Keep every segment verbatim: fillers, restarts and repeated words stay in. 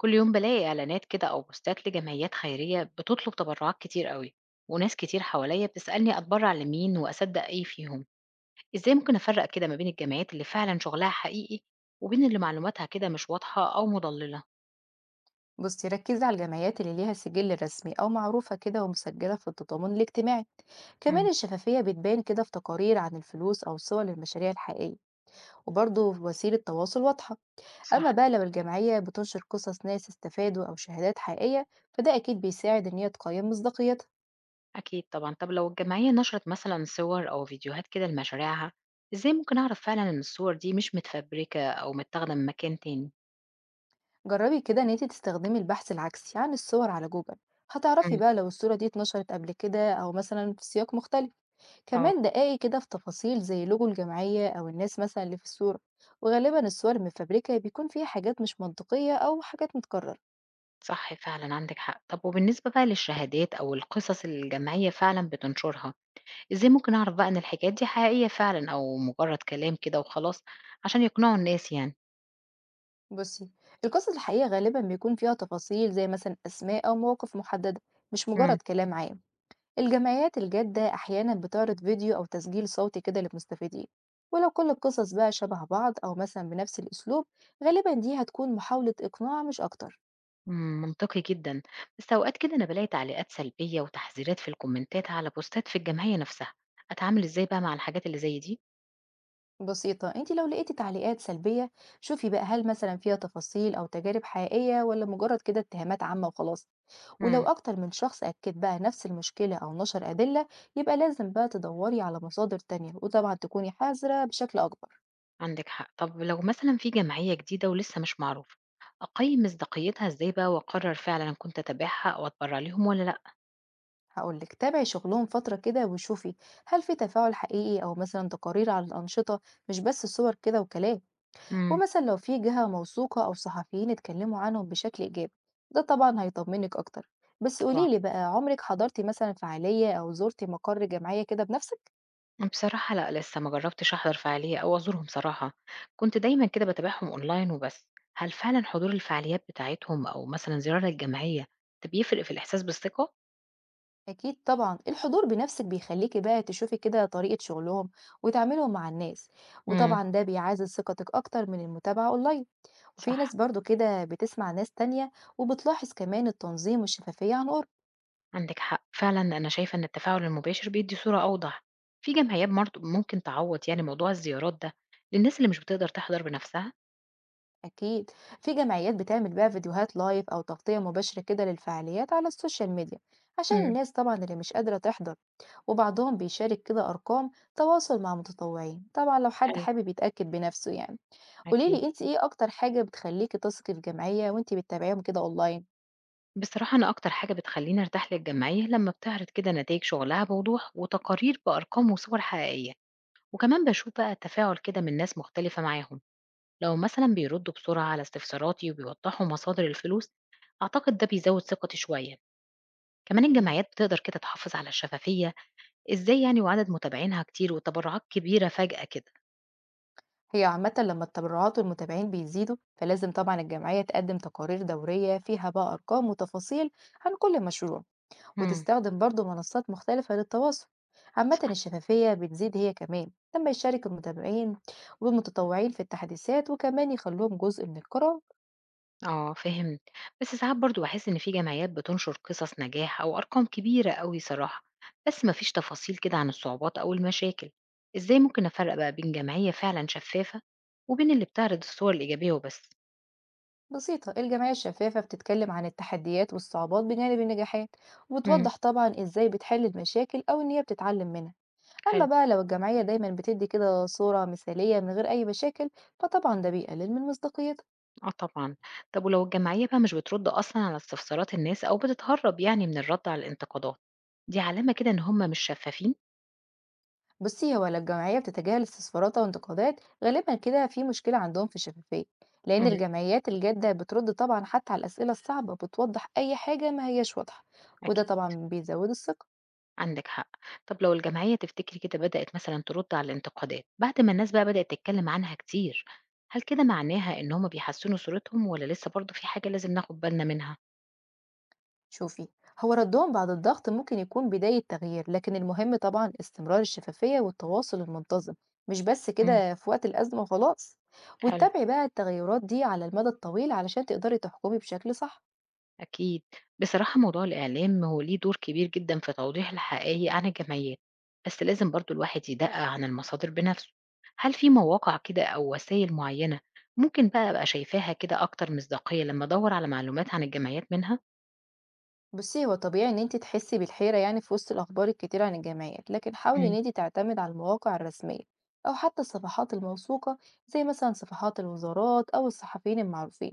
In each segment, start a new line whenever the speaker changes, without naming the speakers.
كل يوم بلاقي إعلانات كده أو بوستات لجمعيات خيرية بتطلب تبرعات كتير قوي. وناس كتير حواليا بتسألني أتبرع لمين وأصدق إيه فيهم. إزاي ممكن أفرق كده ما بين الجمعيات اللي فعلا شغلها حقيقي وبين اللي معلوماتها كده مش واضحة أو مضللة؟
بصي، ركزي على الجمعيات اللي ليها سجل رسمي أو معروفة كده ومسجلة في التضامن الاجتماعي. كمان
مم.
الشفافية بتبان كده في تقارير عن الفلوس أو صور للمشاريع الحقيقية، وبرضه في وسيلة تواصل واضحة. أما
صح.
بقى لو الجمعية بتنشر قصص ناس استفادوا أو شهادات حقيقية، فده أكيد بيساعد إن هي تقيم مصداقيتها.
أكيد طبعا. طب لو الجمعية نشرت مثلا صور أو فيديوهات كده لمشاريعها، إزاي ممكن أعرف فعلا إن الصور دي مش متفبركة أو متاخدة من مكان تاني؟
جربي كده إن انتي تستخدمي البحث العكسي عن الصور على جوجل، هتعرفي
مم.
بقى لو الصورة دي اتنشرت قبل كده أو مثلا في سياق مختلف.
اه.
كمان دقايق كده في تفاصيل زي لوجو الجمعية أو الناس مثلا اللي في الصورة، وغالبا الصور المفبركة بيكون فيها حاجات مش منطقية أو حاجات متكررة.
صح فعلًا، عندِك حق. طب وبالنسبة بقى للشهادات أو القصص اللي الجمعية فعلًا بتنشرها، إزاي ممكن أعرف بقى إن الحكايات دي حقيقية فعلًا أو مجرد كلام كده وخلاص عشان يقنعوا الناس يعني؟
بصي، القصص الحقيقية غالبا بيكون فيها تفاصيل زي مثلا أسماء أو مواقف محددة، مش مجرد
امم.
كلام عام. الجمعيات الجادة أحيانا بتعرض فيديو أو تسجيل صوتي كده للمستفيدين، ولو كل القصص بقى شبه بعض أو مثلا بنفس الأسلوب، غالبا دي هتكون محاولة إقناع مش أكتر.
إمم، منطقي جدًا. بس أوقات كده أنا بالاقي تعليقات سلبية وتحذيرات في الكومنتات على بوستات في الجمعية نفسها، أتعامل إزاي بقى مع الحاجات اللي زي دي؟
بسيطة، انت لو لقيتي تعليقات سلبية، شوفي بقى هل مثلا فيها تفاصيل او تجارب حقيقية ولا مجرد كده اتهامات عامة وخلاص. ولو
امم.
اكتر من شخص اكد بقى نفس المشكلة او نشر ادلة، يبقى لازم بقى تدوري على مصادر تانية، وطبعا تكوني حذرة بشكل اكبر.
عندِك حق. طب لو مثلًا في جمعية جديدة ولسه مش معروفة، أقيم مصداقيتها إزاي بقى وأقرر فعلًا إن كنت أتابعها أو أتبرع ليهم والّا لأ؟
هقولك تابعي شغلهم فترة كده وشوفي هل في تفاعل حقيقي او مثلا تقارير على الانشطة، مش بس صور كده وكلام.
امم،
ومثلا لو في جهة موثوقة أو صحفيين اتكلموا عنهم بشكل إيجابي، ده طبعا هيطمنك أكتر. بس
طبعًا.
قوليلي بقى، عمرك حضرتي مثلا فعالية أو زرتي مقر جمعية كده بنفسك؟
بصراحة لأ، لسه ما جرّبتش أحضر فعالية أو أزورهم صراحة، كنت دايمًا كده باتابعهم أونلاين وبس، هل فعلًا حضور الفعاليات بتاعتهم أو مثلًا زيارة للجمعية ده بيفرق في الإحساس بالثقة؟
أكيد طبعا الحضور بنفسك بيخليكي بقى تشوفي كده طريقة شغلهم وتعاملهم مع الناس،
إمم،
وطبعا ده بيعزز ثقتك أكتر من المتابعة أونلاين. وفي
صح،
ناس برضو كده بتسمع ناس تانية، وبتلاحظ كمان التنظيم والشفافية عن قرب.
عندِك حق، فعلًا أنا شايفة إن التفاعل المباشر بيدّي صورة أوضح. في جمعيات برضه ممكن تعوّض يعني موضوع الزيارات ده للناس اللي مش بتقدر تحضر بنفسها؟
أكيد، في جمعيات بتعمل بقى فيديوهات لايف أو تغطية مباشرة كده للفعاليات على السوشيال ميديا عشان
إمم،
الناس طبعا اللي مش قادرة تحضر. وبعضهم بيشارك كده أرقام تواصل مع متطوعين طبعا لو حد
حلو،
حابب يتأكد بنفسه يعني.
أكيد.
قوليلي انت، ايه أكتر حاجة بتخليكي تثقي في جمعية وانت بتتابعيهم كده أونلاين؟
بصراحة أنا أكتر حاجة بتخلّيني أرتاح للجمعية لمّا بتعرض كده نتايج شغلها بوضوح وتقارير بأرقام وصور حقيقية. وكمان بشوف بقى تفاعل كده من ناس مختلفة معاهم. لو مثلا بيردوا بسرعة على استفساراتي وبيوضحوا مصادر الفلوس، أعتقد ده بيزود ثقتي شوية. كمان
مم.
الجمعيات بتقدر كده تحافظ على الشفافية إزاي يعني وعدد متابعينها كتير وتبرعات كبيرة فجأة كده؟
هي عامة لما التبرعات والمتابعين بيزيدوا فلازم طبعا الجمعية تقدم تقارير دورية فيها بقى أرقام وتفاصيل عن كل مشروع،
امم.
وتستخدم برضه منصات مختلفة للتواصل. عامة الشفافية بتزيد هي كمان لما يشارك المتابعين والمتطوعين في التحديثات، وكمان يخلوهم جزء من القرار.
اه فهمت. بس ساعات برضو بحس إن في جمعيات بتنشر قصص نجاح أو أرقام كبيرة أوي صراحة، بس مفيش تفاصيل كده عن الصعوبات أو المشاكل. إزاي ممكن أفرق بقى بين جمعية فعلا شفافة وبين اللي بتعرض الصور الإيجابية وبس؟
بسيطة، الجمعية الشفافة بتتكلم عن التحديات والصعوبات بجانب النجاحات، وبتوضح طبعا ازاي بتحل المشاكل او ان هي بتتعلم منها. اما
حلو،
بقى لو الجمعية دايما بتدي كده صورة مثالية من غير اي مشاكل، فطبعا ده بيقلل من مصداقيتها.
آه طبعًا. طب ولو الجمعية بقى مش بترُد أصلًا على استفسارات الناس أو بتتهرّب يعني من الرد على الانتقادات، دي علامة كده إن هم مش شفافين؟
بصي، هو لو الجمعية بتتجاهل استفسارات أو انتقادات، غالبا كده في مشكلة عندهم في الشفافية. لأن
إمم،
الجمعيات الجادة بترد طبعا حتى على الأسئلة الصعبة، بتوضح أي حاجة ما هياش واضحة، وده
أكيد،
طبعا بيزود الثقة.
عندِك حق. طب لو الجمعية تفتكري كده بدأت مثلًا ترد على الانتقادات بعد ما الناس بقى بدأت تتكلم عنها كتير، هل كده معناها إن هم بيحسّنوا صورتهم والّا لسه برضه في حاجة لازم ناخد بالنا منها؟
شوفي، هو ردهم بعد الضغط ممكن يكون بداية تغيير، لكن المهم طبعا استمرار الشفافية والتواصل المنتظم، مش بس
إمم،
كده في وقت الأزمة وخلاص.
حلو.
وتتابعي بقى التغيرات دي على المدى الطويل علشان تقدري تحكمي بشكل صح.
أكيد. بصراحة موضوع الإعلام هو ليه دور كبير جدا في توضيح الحقائق عن الجمعيات، بس لازم برضو الواحد يدقق عن المصادر بنفسه. هل في مواقع كده أو وسائل معينة ممكن بقى أبقى شايفاها كده أكتر مصداقية لما أدور على معلومات عن الجمعيات منها؟
بُصّي، هو طبيعي إن أنتِ تحسّي بالحيرة يعني في وسط الأخبار الكتيرة عن الجمعيات، لكن حاولي إن
مم.
أنتِ تعتمدي على المواقع الرسمية أو حتى الصفحات الموثوقة، زي مثلًا صفحات الوزارات أو الصحفيين المعروفين.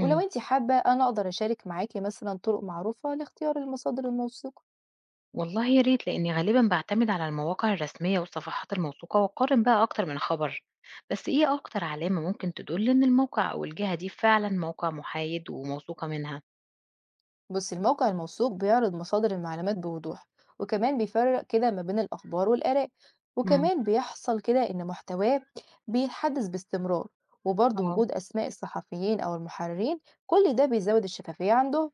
ولو أنتِ حابة أنا أقدر أشارك معاكِ مثلًا طرق معروفة لاختيار المصادر الموثوقة.
والله يا ريت، لأني غالبا بعتمد على المواقع الرسمية والصفحات الموثوقة وأقارن بقى أكتر من خبر. بس إيه أكتر علامة ممكن تدل إن الموقع أو الجهة دي فعلا موقع محايد وموثوقة منها؟
بص، الموقع الموثوق بيعرض مصادر المعلومات بوضوح، وكمان بيفرق كده ما بين الأخبار والآراء،
مم.
وكمان بيحصل كده إن محتواه بيتحدث باستمرار. وبرضه
اه
وجود أسماء الصحفيين أو المحررين، كل ده بيزود الشفافية عنده.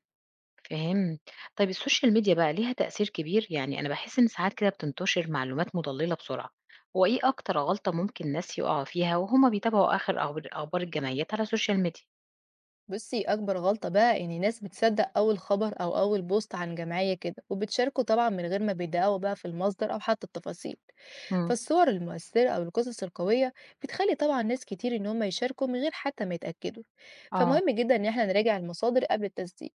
فهمت. طيب السوشيال ميديا بقى ليها تأثير كبير؟ يعني أنا باحس إن ساعات كده بتنتشر معلومات مضلّلة بسرعة، هو إيه أكتر غلطة ممكن الناس يقعوا فيها وهُم بيتابعوا آخر أخبار أخبار الجمعيات على السوشيال ميديا؟
بصي، أكبر غلطة بقى إن ناس بتصدق أول خبر أو أول بوست عن جمعية كده وبتشاركه طبعا من غير ما بيدققوا بقى في المصدر أو حتى التفاصيل.
إمم.
فالصور المؤثرة أو القصص القوية بتخلي طبعا ناس كتير إن هم يشاركوا من غير حتى ما يتأكدوا.
آه،
فمهم جدا إن احنا نراجع المصادر قبل التصديق.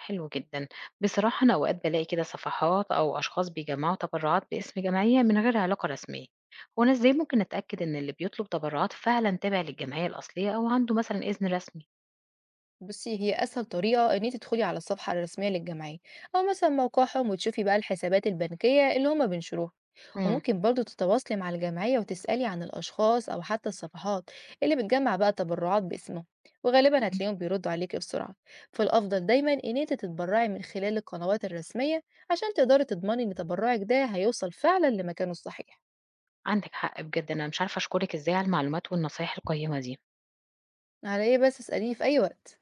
حلو جدًا. بصراحة أنا أوقات بالاقي كده صفحات أو أشخاص بيجمّعوا تبرعات باسم جمعية من غير علاقة رسمية، هو أنا إزاي ممكن أتأكد إن اللي بيطلب تبرعات فعلًا تابع للجمعية الأصلية أو عنده مثلًا إذن رسمي؟
بصي، هي أسهل طريقة إن انت تدخلي على الصفحة الرسمية للجمعية أو مثلا موقعهم، وتشوفي بقى الحسابات البنكية اللي هم بينشروها.
إمم.
وممكن برضو تتواصلي مع الجمعية وتسألي عن الأشخاص أو حتى الصفحات اللي بتجمع بقى تبرعات باسمهم، وغالبا
تمام،
هتلاقيهم بيردوا عليكي بسرعة. فالأفضل دايما إن انت تتبرعي من خلال القنوات الرسمية عشان تقدري تضمني إن تبرعك ده هيوصل فعلا لمكانه الصحيح.
عندِك حق بجد، أنا مش عارفة أشكرِك إزاي على المعلومات والنصايح القيّمة دي.
على إيه بس، اسأليني في أي وقت.